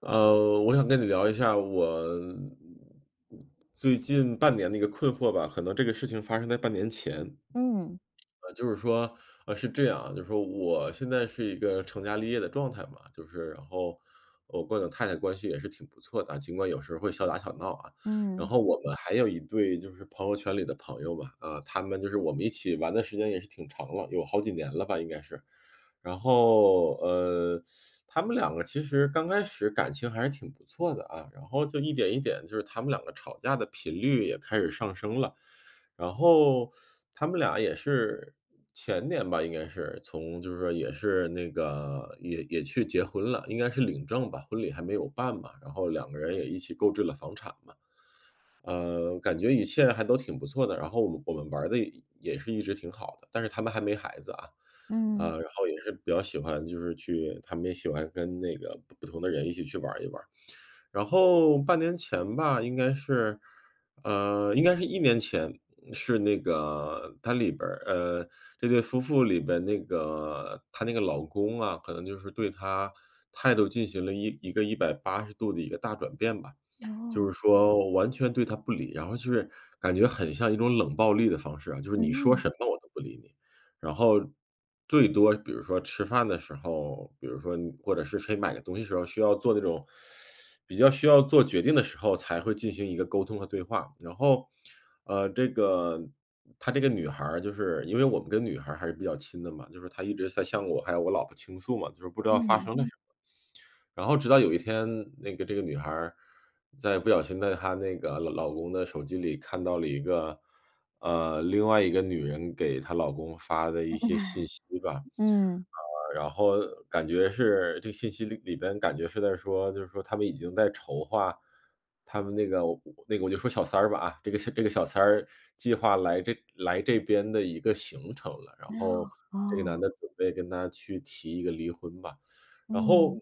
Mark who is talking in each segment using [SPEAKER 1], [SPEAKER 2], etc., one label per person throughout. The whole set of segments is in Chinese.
[SPEAKER 1] 我想跟你聊一下我最近半年的一个困惑吧，可能这个事情发生在半年前。
[SPEAKER 2] 嗯，
[SPEAKER 1] 就是说，是这样啊，就是说我现在是一个成家立业的状态嘛，就是然后我跟我太太关系也是挺不错的啊，尽管有时候会小打小闹啊。然
[SPEAKER 2] 嗯，
[SPEAKER 1] 后我们还有一对就是朋友圈里的朋友嘛，啊，他们就是我们一起玩的时间也是挺长了，有好几年了吧，应该是。然后他们两个其实刚开始感情还是挺不错的啊，然后就一点一点，就是他们两个吵架的频率也开始上升了。然后他们俩也是前年吧，应该是从就是说也是那个也去结婚了，应该是领证吧，婚礼还没有办嘛，然后两个人也一起购置了房产嘛，感觉一切还都挺不错的，然后我们玩的也是一直挺好的，但是他们还没孩子啊。啊，
[SPEAKER 2] 嗯，
[SPEAKER 1] 然后也是比较喜欢就是去他们也喜欢跟那个不同的人一起去玩一玩。然后半年前吧，应该是，应该是一年前，是那个他里边儿这对夫妇里边那个她那个老公啊，可能就是对她态度进行了一个180度的一个大转变吧。就
[SPEAKER 2] 哦，
[SPEAKER 1] 是说完全对她不理，然后就是感觉很像一种冷暴力的方式啊，就是你说
[SPEAKER 2] 嗯，
[SPEAKER 1] 什么我都不理你。然后最多比如说吃饭的时候，比如说你或者是谁买个东西时候需要做那种比较需要做决定的时候才会进行一个沟通和对话。然后，这个她这个女孩儿就是因为我们跟女孩儿还是比较亲的嘛，就是她一直在向我还有我老婆倾诉嘛，就是不知道发
[SPEAKER 2] 嗯
[SPEAKER 1] 生了什么。然后直到有一天，那个这个女孩儿在不小心在她那个老公的手机里看到了一个，另外一个女人给她老公发的一些信息吧。
[SPEAKER 2] 嗯，
[SPEAKER 1] 然后感觉是这个信息里边感觉是在说，就是说他们已经在筹划他们那个我那个我就说小三儿吧啊，这个小三儿计划来这边的一个行程了，然后
[SPEAKER 2] 哦。
[SPEAKER 1] 这个男的准备跟她去提一个离婚吧。然
[SPEAKER 2] 嗯。
[SPEAKER 1] 后，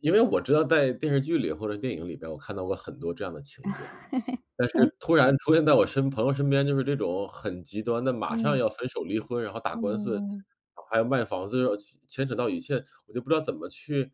[SPEAKER 1] 因为我知道在电视剧里或者电影里边，我看到过很多这样的情节啊，但是突然出现在我朋友身边，就是这种很极端的，马
[SPEAKER 2] 嗯，
[SPEAKER 1] 上
[SPEAKER 2] 嗯
[SPEAKER 1] 要分手、离婚，然后打官司，然
[SPEAKER 2] 嗯
[SPEAKER 1] 后还要卖房子，牵扯到一切，我就不知道怎么去，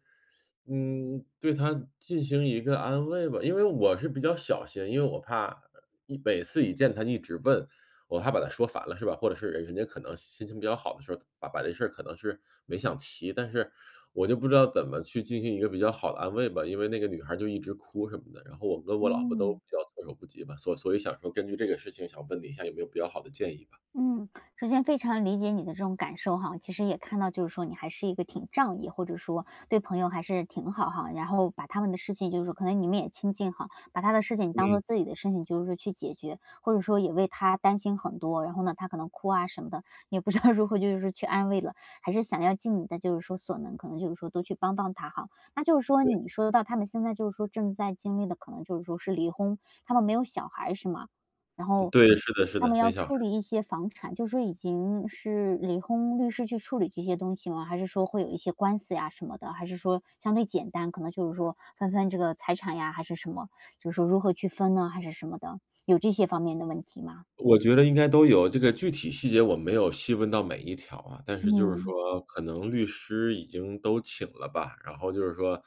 [SPEAKER 1] 对他进行一个安慰吧。因为我是比较小心，因为我怕每次一见他一直问，我怕把他说烦了是吧？或者是人家可能心情比较好的时候，把这事儿可能是没想提，但是我就不知道怎么去进行一个比较好的安慰吧，因为那个女孩就一直哭什么的，然后我跟
[SPEAKER 2] 嗯，
[SPEAKER 1] 我老婆都
[SPEAKER 2] 嗯。
[SPEAKER 1] 比较措手不及吧，所以想说根据这个事情想问你一下有没有比较好的建议吧？
[SPEAKER 2] 嗯，首先非常理解你的这种感受哈，其实也看到就是说你还是一个挺仗义，或者说对朋友还是挺好哈，然后把他们的事情就是说可能你们也亲近哈，把他的事情当做自己的事情，就是说去解决，或者说也为他担心很多，然后呢他可能哭啊什么的，也不知道如何就是去安慰了，还是想要尽你的就是说所能，可能就是说多去帮帮他哈。那就是说
[SPEAKER 1] 对，
[SPEAKER 2] 你说到他们现在就是说正在经历的，可能就是说是离婚，他们没有小孩是吗？然后
[SPEAKER 1] 对，是的是
[SPEAKER 2] 他
[SPEAKER 1] 的，
[SPEAKER 2] 们要
[SPEAKER 1] 没想
[SPEAKER 2] 处理一些房产，就是说已经是离婚律师去处理这些东西吗？还是说会有一些官司呀什么的？还是说相对简单，可能就是说分这个财产呀，还是什么？就是说如何去分呢，还是什么的？有这些方面的问题吗？
[SPEAKER 1] 我觉得应该都有，这个具体细节我没有细问到每一条啊，但是就是
[SPEAKER 2] 嗯
[SPEAKER 1] 说可能律师已经都请了吧，然后就是说，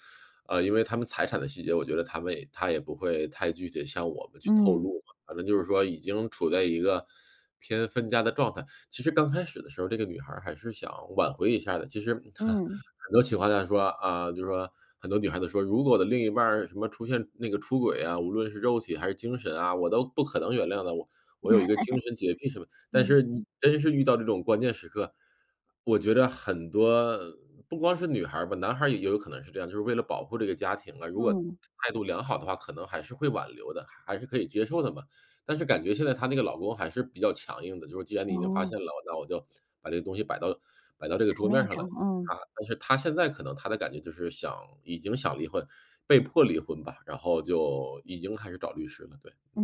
[SPEAKER 1] 因为他们财产的细节，我觉得他也不会太具体地向我们去透
[SPEAKER 2] 嗯
[SPEAKER 1] 露嘛，反正就是说已经处在一个偏分家的状态。其实刚开始的时候，这个女孩儿还是想挽回一下的，其实
[SPEAKER 2] 嗯
[SPEAKER 1] 很多企划在说，啊，就是说很多女孩子说，如果我的另一半儿什么出现那个出轨啊，无论是肉体还是精神啊，我都不可能原谅的，我有一个精神洁癖什么。但
[SPEAKER 2] 嗯
[SPEAKER 1] 是你真是遇到这种关键时刻，我觉得很多不光是女孩儿吧，男孩儿也有可能是这样，就是为了保护这个家庭啊，如果
[SPEAKER 2] 嗯，
[SPEAKER 1] 态度良好的话，可能还是会挽留的，还是可以接受的嘛。但是感觉现在她那个老公还是比较强硬的，就是既然你已经发
[SPEAKER 2] 哦，
[SPEAKER 1] 现了，那我就把这个东西摆到这个
[SPEAKER 2] 台
[SPEAKER 1] 桌
[SPEAKER 2] 面
[SPEAKER 1] 面上
[SPEAKER 2] 上，
[SPEAKER 1] 了。
[SPEAKER 2] 嗯。
[SPEAKER 1] 但是他现在可能他的感觉就是已经想离婚，被迫离婚吧，然后就已经开始找律师了，对。
[SPEAKER 2] 嗯，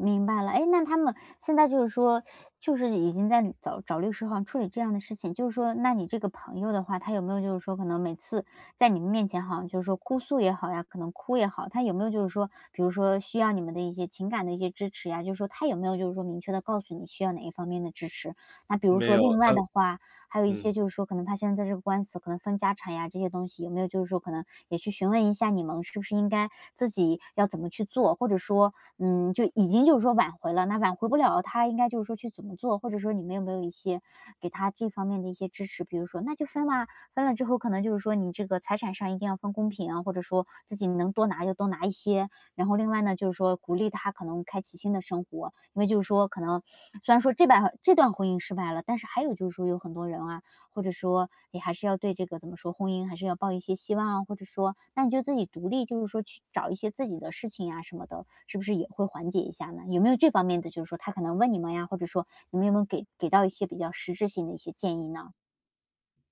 [SPEAKER 2] 明白了。哎，那他们现在就是说，就是已经在找律师好像处理这样的事情，就是说，那你这个朋友的话，他有没有就是说，可能每次在你们面前好像就是说哭诉也好呀，可能哭也好，他有没有就是说，比如说需要你们的一些情感的一些支持呀，就是说他有没有就是说明确的告诉你需要哪一方面的支持？那比如
[SPEAKER 1] 没
[SPEAKER 2] 说
[SPEAKER 1] 有，
[SPEAKER 2] 另外
[SPEAKER 1] 他
[SPEAKER 2] 的话，还有一
[SPEAKER 1] 嗯，
[SPEAKER 2] 些就是说，可能他现在在这个官司，可能分家产呀这些东西，有没有就是说可能也去询问一下你们是不是应该自己要怎么去做，或者说嗯，就已经就是说挽回了，那挽回不了，他应该就是说去怎么做，或者说你们有没有一些给他这方面的一些支持？比如说，那就分啦，分了之后可能就是说你这个财产上一定要分公平啊，或者说自己能多拿就多拿一些。然后另外呢，就是说鼓励他可能开启新的生活，因为就是说可能虽然说这段婚姻失败了，但是还有就是说有很多人啊，或者说你还是要对这个怎么说，婚姻还是要抱一些希望啊，或者说那你就自己独立，就是说去找一些自己的事情呀什么的，是不是也会缓解一下呢？有没有这方面的，就是说他可能问你们呀，或者说你们有没有给到一些比较实质性的一些建议呢？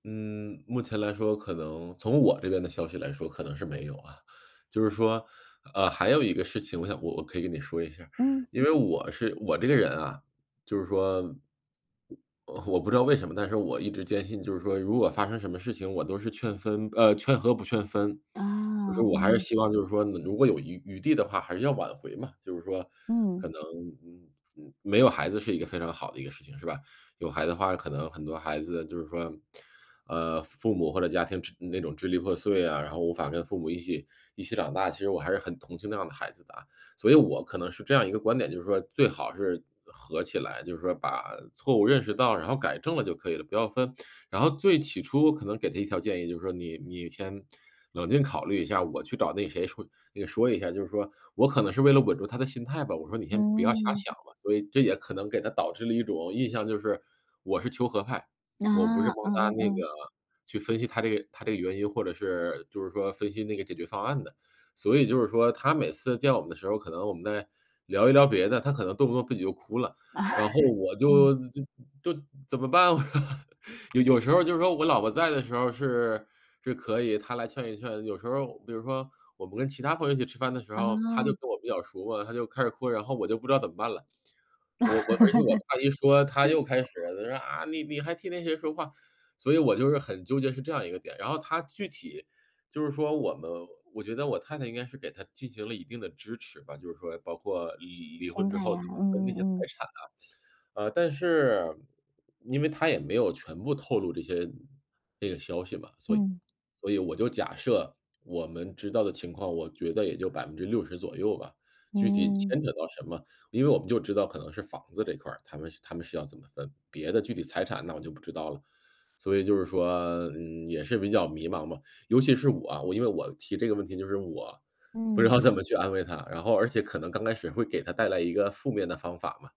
[SPEAKER 1] 嗯，目前来说可能从我这边的消息来说，可能是没有啊。就是说，还有一个事情，我想我可以跟你说一下。
[SPEAKER 2] 嗯，
[SPEAKER 1] 因为我这个人啊，就是说我不知道为什么，但是我一直坚信就是说，如果发生什么事情，我都是劝和不劝分。
[SPEAKER 2] 啊，
[SPEAKER 1] 就是我还是
[SPEAKER 2] 嗯
[SPEAKER 1] 希望就是说，如果有余地的话，还是要挽回嘛。就是说
[SPEAKER 2] 嗯
[SPEAKER 1] 可能，嗯没有孩子是一个非常好的一个事情，是吧？有孩子的话，可能很多孩子就是说，父母或者家庭那种支离破碎啊，然后无法跟父母一起长大，其实我还是很同情那样的孩子的啊。所以我可能是这样一个观点，就是说最好是合起来，就是说把错误认识到，然后改正了就可以了，不要分。然后最起初我可能给他一条建议，就是说你先冷静考虑一下，我去找那谁说那个说一下，就是说我可能是为了稳住他的心态吧，我说你先不要瞎
[SPEAKER 2] 嗯，
[SPEAKER 1] 想吧，所以这也可能给他导致了一种印象，就是我是求和派，
[SPEAKER 2] 啊，
[SPEAKER 1] 我不是帮
[SPEAKER 2] 嗯
[SPEAKER 1] 他
[SPEAKER 2] 嗯
[SPEAKER 1] 那个
[SPEAKER 2] 嗯，
[SPEAKER 1] 去分析他这个原因，或者是就是说分析那个解决方案的。所以就是说他每次见我们的时候，可能我们在聊一聊别的，他可能动不动自己就哭了，
[SPEAKER 2] 啊，
[SPEAKER 1] 然后我
[SPEAKER 2] 嗯，
[SPEAKER 1] 就就就怎么办？有时候就是说我老婆在的时候是可以，她来劝一劝，有时候比如说我们跟其他朋友一起吃饭的时
[SPEAKER 2] 啊，
[SPEAKER 1] 候，他就跟我比较熟嘛，他就开始哭，然后我就不知道怎么办了。而且我爸一说，他又开始他说：“啊，你还替那谁说话。”所以我就是很纠结是这样一个点。然后他具体就是说我们我觉得我太太应该是给他进行了一定的支持吧，就是说包括离
[SPEAKER 2] 情
[SPEAKER 1] 婚之
[SPEAKER 2] 感
[SPEAKER 1] 后
[SPEAKER 2] 呀，
[SPEAKER 1] 怎么分那
[SPEAKER 2] 嗯
[SPEAKER 1] 些财
[SPEAKER 2] 嗯
[SPEAKER 1] 产。但是因为他也没有全部透露这些那个消息嘛，所以
[SPEAKER 2] 嗯
[SPEAKER 1] 我就假设我们知道的情况，我觉得也就60%左右吧。具体
[SPEAKER 2] 嗯嗯
[SPEAKER 1] 牵扯到什么，因为我们就知道可能是房子这块儿，他们是要怎么分，别的具体财产那我就不知道了。所以就是说，也是比较迷茫嘛。尤其是我啊，我因为我提这个问题，就是我不知
[SPEAKER 2] 嗯。
[SPEAKER 1] 道怎么去安慰他，然后而且可能刚开始会给他带来一个负面的方法嘛。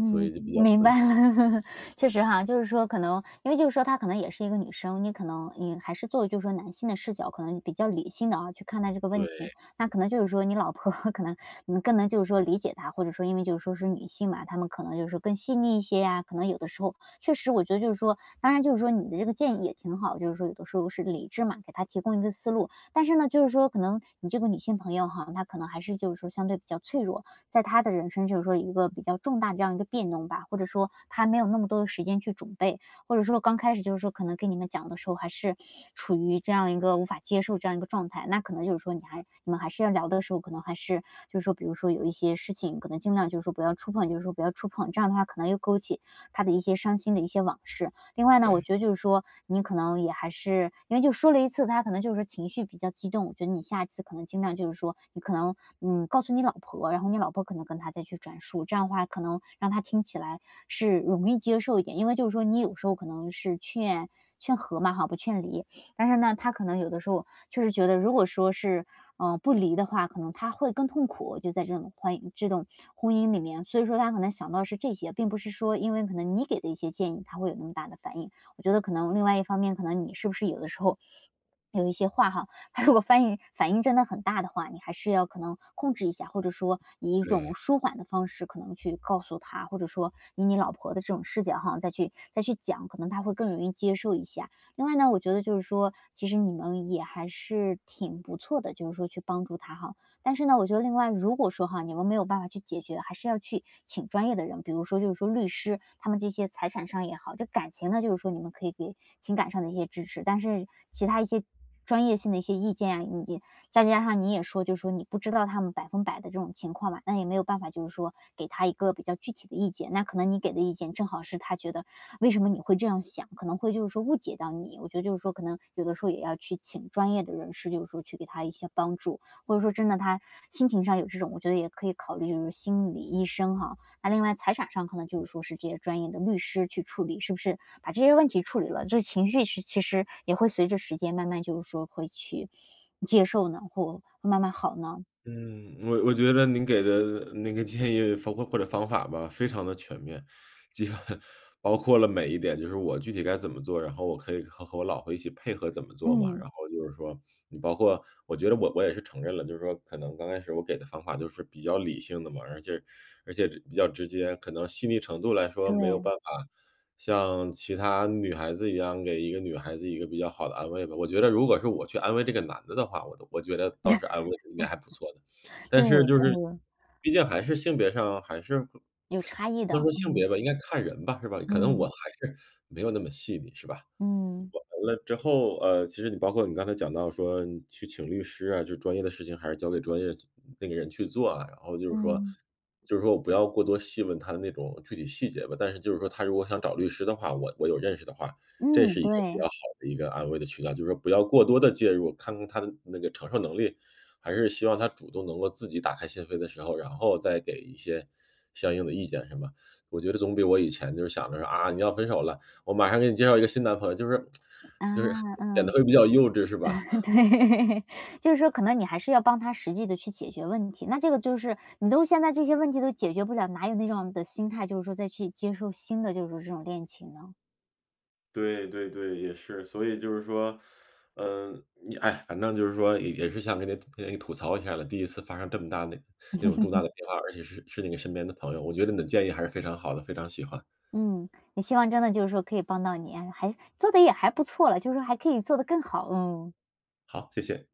[SPEAKER 1] 所以就比较
[SPEAKER 2] 明
[SPEAKER 1] 困惑。
[SPEAKER 2] 白了。确实哈，就是说可能因为就是说她可能也是一个女生，你可能你还是做就是说男性的视角，可能比较理性的啊，去看待这个问题。
[SPEAKER 1] 对
[SPEAKER 2] 那可能就是说你老婆 可能你更能就是说理解她，或者说因为就是说是女性嘛，她们可能就是说更细腻一些呀，可能有的时候确实我觉得就是说当然就是说你的这个建议也挺好，就是说有的时候是理智嘛，给她提供一个思路。但是呢，就是说可能你这个女性朋友哈，她可能还是就是说相对比较脆弱，在他的人生就是说一个比较重大的这样一个变动吧，或者说他没有那么多的时间去准备，或者说刚开始就是说可能跟你们讲的时候还是处于这样一个无法接受这样一个状态，那可能就是说你们还是要聊的时候，可能还是就是说比如说有一些事情可能尽量就是说不要触碰，就是说不要触碰，这样的话可能又勾起他的一些伤心的一些往事。另外呢，我
[SPEAKER 1] 对
[SPEAKER 2] 觉得就是说，你可能也还是因为就说了一次，他可能就是说情绪比较激动，我觉得你下一次可能尽量就是说，你可能告诉你老婆，然后你老婆可能跟他再去转述，这样的话可能让他听起来是容易接受一点，因为就是说你有时候可能是劝和嘛哈，不劝离，但是呢，他可能有的时候就是觉得，如果说是，不离的话，可能他会更痛苦，就在这种这种婚姻里面。所以说他可能想到是这些，并不是说因为可能你给的一些建议，他会有那么大的反应。我觉得可能另外一方面，可能你是不是有的时候有一些话哈，他如果反应真的很大的话，你还是要可能控制一下，或者说以一种
[SPEAKER 1] 对。
[SPEAKER 2] 舒缓的方式，可能去告诉他，或者说以你老婆的这种视角哈，再去讲，可能他会更容易接受一下。另外呢，我觉得就是说，其实你们也还是挺不错的，就是说去帮助他哈。但是呢，我觉得另外如果说哈，你们没有办法去解决，还是要去请专业的人，比如说就是说律师，他们这些财产上也好，就感情呢，就是说你们可以给情感上的一些支持，但是其他一些专业性的一些意见啊，你再加上你也说，就是说你不知道他们百分百的这种情况嘛，那也没有办法，就是说给他一个比较具体的意见。那可能你给的意见正好是他觉得为什么你会这样想，可能会就是说误解到你。我觉得就是说，可能有的时候也要去请专业的人士，就是说去给他一些帮助，或者说真的他心情上有这种，我觉得也可以考虑就是心理医生哈。那另外财产上可能就是说是这些专业的律师去处理，是不是把这些问题处理了，这情绪是其实也会随着时间慢慢就是说会去接受呢，或会慢慢好呢？
[SPEAKER 1] 嗯，我觉得您给的那个建议包括或者方法吧，非常的全面，基本包括了每一点，就是我具体该怎么做，然后我可以和我老婆一起配合怎么做嘛。
[SPEAKER 2] 嗯，
[SPEAKER 1] 然后就是说，你包括我觉得我也是承认了，就是说可能刚开始我给的方法就是比较理性的嘛，而且比较直接，可能细腻程度来说没有
[SPEAKER 2] 对
[SPEAKER 1] 办法像其他女孩子一样，给一个女孩子一个比较好的安慰吧。我觉得如果是我去安慰这个男的的话，我觉得倒是安慰得应该还不错的。
[SPEAKER 2] 对，
[SPEAKER 1] 但是就是
[SPEAKER 2] 嗯，
[SPEAKER 1] 毕竟还是性别上还是会
[SPEAKER 2] 有差异
[SPEAKER 1] 不能
[SPEAKER 2] 的，
[SPEAKER 1] 说性
[SPEAKER 2] 嗯
[SPEAKER 1] 别吧，应该看人吧，是吧？可能我
[SPEAKER 2] 嗯
[SPEAKER 1] 还是没有那么细腻，是吧？
[SPEAKER 2] 嗯
[SPEAKER 1] 完了之后，其实你包括你刚才讲到说你去请律师啊，就专业的事情还是交给专业那个人去做啊。然后就是说
[SPEAKER 2] 嗯
[SPEAKER 1] 就是说我不要过多细问他的那种具体细节吧，但是就是说他如果想找律师的话，我有认识的话，这
[SPEAKER 2] 嗯，
[SPEAKER 1] 是一个比较
[SPEAKER 2] 对。
[SPEAKER 1] 好的一个安慰的渠道。就是说不要过多的介入，看看他的那个承受能力，还是希望他主动能够自己打开心扉的时候，然后再给一些相应的意见，是吧？我觉得总比我以前就是想着说，啊，你要分手了，我马上给你介绍一个新男朋友，就是
[SPEAKER 2] 啊，
[SPEAKER 1] 就是 显得
[SPEAKER 2] 嗯，
[SPEAKER 1] 会比较幼稚是吧？
[SPEAKER 2] 对，就是说可能你还是要帮他实际的去解决问题。那这个就是你都现在这些问题都解决不了，哪有那种的心态，就是说再去接受新的就是说这种恋情呢？
[SPEAKER 1] 对对对，也是，所以就是说，哎，反正就是说也是想跟你吐槽一下了，第一次发生这么大的那种重大的变化，而且是那个身边的朋友，我觉得你的建议还是非常好的，非常喜欢。
[SPEAKER 2] 嗯，也希望真的就是说可以帮到你，哎还做的也还不错了，就是说还可以做得更好，嗯。
[SPEAKER 1] 好，谢谢。